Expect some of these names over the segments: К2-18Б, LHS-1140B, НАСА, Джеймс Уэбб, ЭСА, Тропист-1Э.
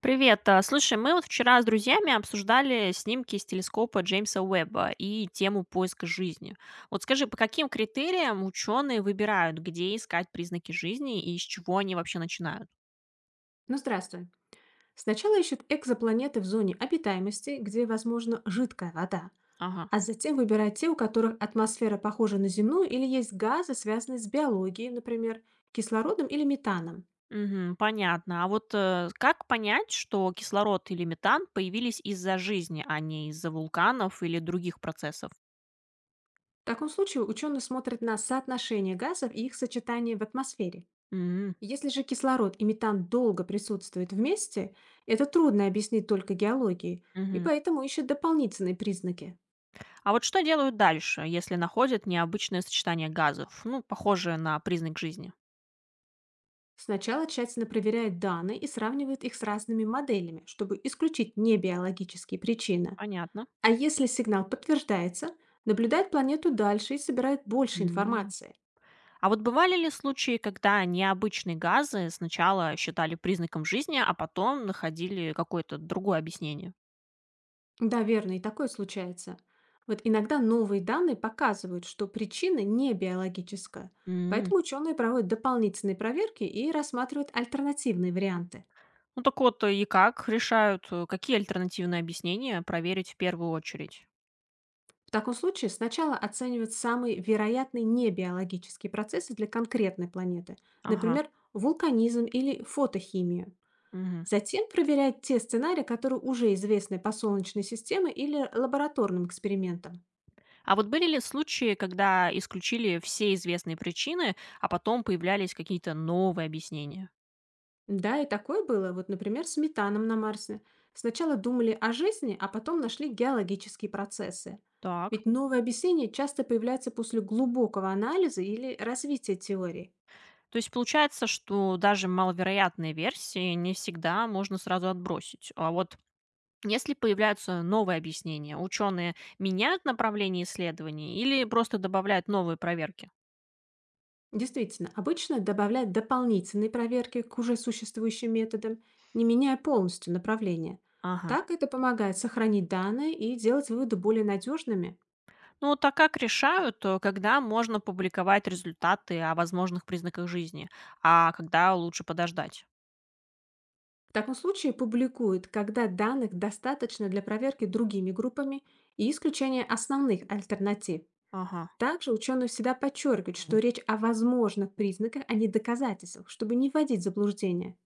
Привет. Слушай, мы вот вчера с друзьями обсуждали снимки с телескопа Джеймса Уэбба и тему поиска жизни. Вот скажи, по каким критериям ученые выбирают, где искать признаки жизни и из чего они вообще начинают? Ну, здравствуй. Сначала ищут экзопланеты в зоне обитаемости, где, возможно, жидкая вода, Ага. а затем выбирают те, у которых атмосфера похожа на земную или есть газы, связанные с биологией, например, кислородом или метаном. Мгм, понятно. А вот как понять, что кислород или метан появились из-за жизни, а не из-за вулканов или других процессов? В таком случае ученые смотрят на соотношение газов и их сочетание в атмосфере. М, Если же кислород и метан долго присутствуют вместе, это трудно объяснить только геологией, и мгм. поэтому ищут дополнительные признаки. А вот что делают дальше, если находят необычное сочетание газов, ну, похожее на признак жизни? Сначала тщательно проверяет данные и сравнивает их с разными моделями, чтобы исключить небиологические причины. Понятно. А если сигнал подтверждается, наблюдает планету дальше и собирает больше М. информации. А вот бывали ли случаи, когда необычные газы сначала считали признаком жизни, а потом находили какое-то другое объяснение? Да, верно, и такое случается. Вот иногда новые данные показывают, что причина не биологическая, М. поэтому ученые проводят дополнительные проверки и рассматривают альтернативные варианты. Ну так вот, и как решают, какие альтернативные объяснения проверить в первую очередь? В таком случае сначала оценивают самые вероятные небиологические процессы для конкретной планеты, Ага. например, вулканизм или фотохимию. Мгм. Затем проверяют те сценарии, которые уже известны по Солнечной системе или лабораторным экспериментам. А вот были ли случаи, когда исключили все известные причины, а потом появлялись какие-то новые объяснения? Да, и такое было, вот, например, с метаном на Марсе. Сначала думали о жизни, а потом нашли геологические процессы. Так. Ведь новые объяснения часто появляются после глубокого анализа или развития теории. То есть получается, что даже маловероятные версии не всегда можно сразу отбросить. А вот если появляются новые объяснения, ученые меняют направление исследований или просто добавляют новые проверки? Действительно, обычно добавляют дополнительные проверки к уже существующим методам, не меняя полностью направление. Ага. Так это помогает сохранить данные и делать выводы более надежными. Ну вот а как решают, когда можно публиковать результаты о возможных признаках жизни, а когда лучше подождать? В таком случае публикуют, когда данных достаточно для проверки другими группами и исключения основных альтернатив. Ага. Также ученые всегда подчеркивают, что речь о возможных признаках, а не доказательствах, чтобы не вводить в заблуждение.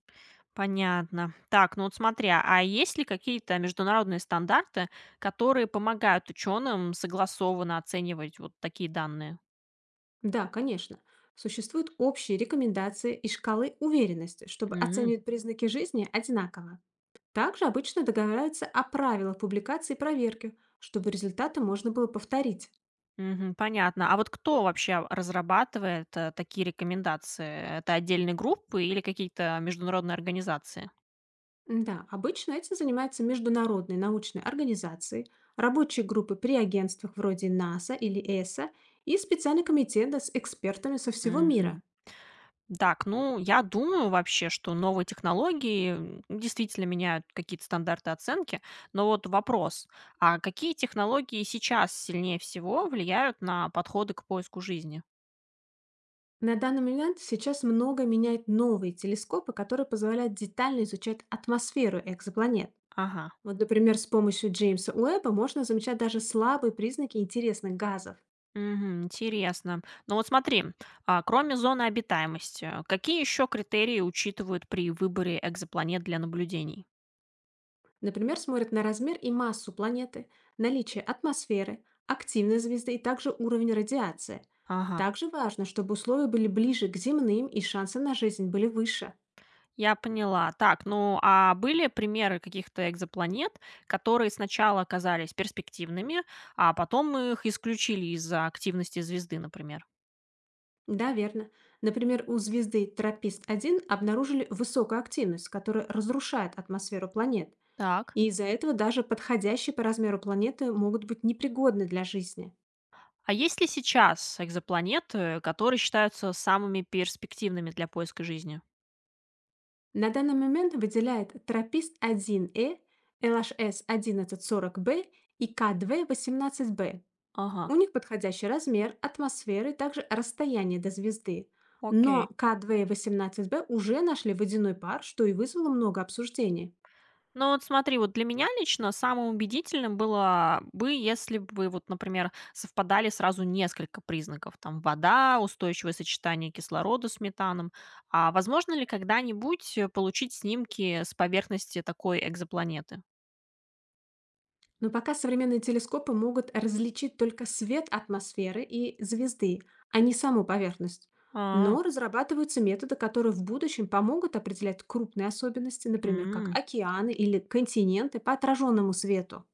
Понятно. Так, ну вот смотря, а есть ли какие-то международные стандарты, которые помогают ученым согласованно оценивать вот такие данные? Да, конечно. Существуют общие рекомендации и шкалы уверенности, чтобы Мгм. оценивать признаки жизни одинаково. Также обычно договариваются о правилах публикации и проверки, чтобы результаты можно было повторить. Мгм. Понятно. А вот кто вообще разрабатывает, такие рекомендации? Это отдельные группы или какие-то международные организации? Да, обычно этим занимаются международные научные организации, рабочие группы при агентствах вроде НАСА или ЭСА и специальные комитеты с экспертами со всего мира. Мгм. Так, ну, я думаю вообще, что новые технологии, действительно меняют какие-то стандарты оценки. Но вот вопрос: а какие технологии сейчас сильнее всего влияют на подходы к поиску жизни? На данный момент сейчас много меняют новые телескопы, которые позволяют детально изучать атмосферу экзопланет. Ага. Вот, например, с помощью Джеймса Уэбба можно замечать даже слабые признаки интересных газов. Мгм. Интересно. Ну вот смотри, кроме зоны обитаемости, какие еще критерии учитывают при выборе экзопланет для наблюдений? Например, смотрят на размер и массу планеты, наличие атмосферы, активность звезды и также уровень радиации. Ага, Также важно, чтобы условия были ближе к земным и шансы на жизнь были выше. я поняла. Так, ну а были примеры каких-то экзопланет, которые сначала оказались перспективными, а потом их исключили из-за активности звезды, например? Да, верно. Например, у звезды Тропист-1 обнаружили высокую активность, которая разрушает атмосферу планет. Так. И из-за этого даже подходящие по размеру планеты могут быть непригодны для жизни. А есть ли сейчас экзопланеты, которые считаются самыми перспективными для поиска жизни? На данный момент выделяет Тропист-1Э, LHS-1140B и К2-18Б. Ага, У них подходящий размер, атмосферы, также расстояние до звезды. Но окей. К2 и 18Б уже нашли водяной пар, что и вызвало много обсуждений. Ну вот смотри, вот для меня лично самым убедительным было бы, если бы, вот, например, совпадали сразу несколько признаков. Там вода, устойчивое сочетание кислорода с метаном. А возможно ли когда-нибудь получить снимки с поверхности такой экзопланеты? Но пока современные телескопы могут различить только свет атмосферы и звезды, а не саму поверхность. А, Но разрабатываются методы, которые в будущем помогут определять крупные особенности, например, как м. океаны или континенты по отраженному свету.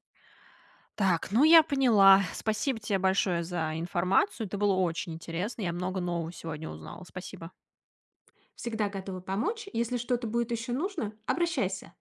Так, ну я поняла. Спасибо тебе большое за информацию. Это было очень интересно. Я много нового сегодня узнала. Спасибо. Всегда готова помочь. Если что-то будет еще нужно, обращайся.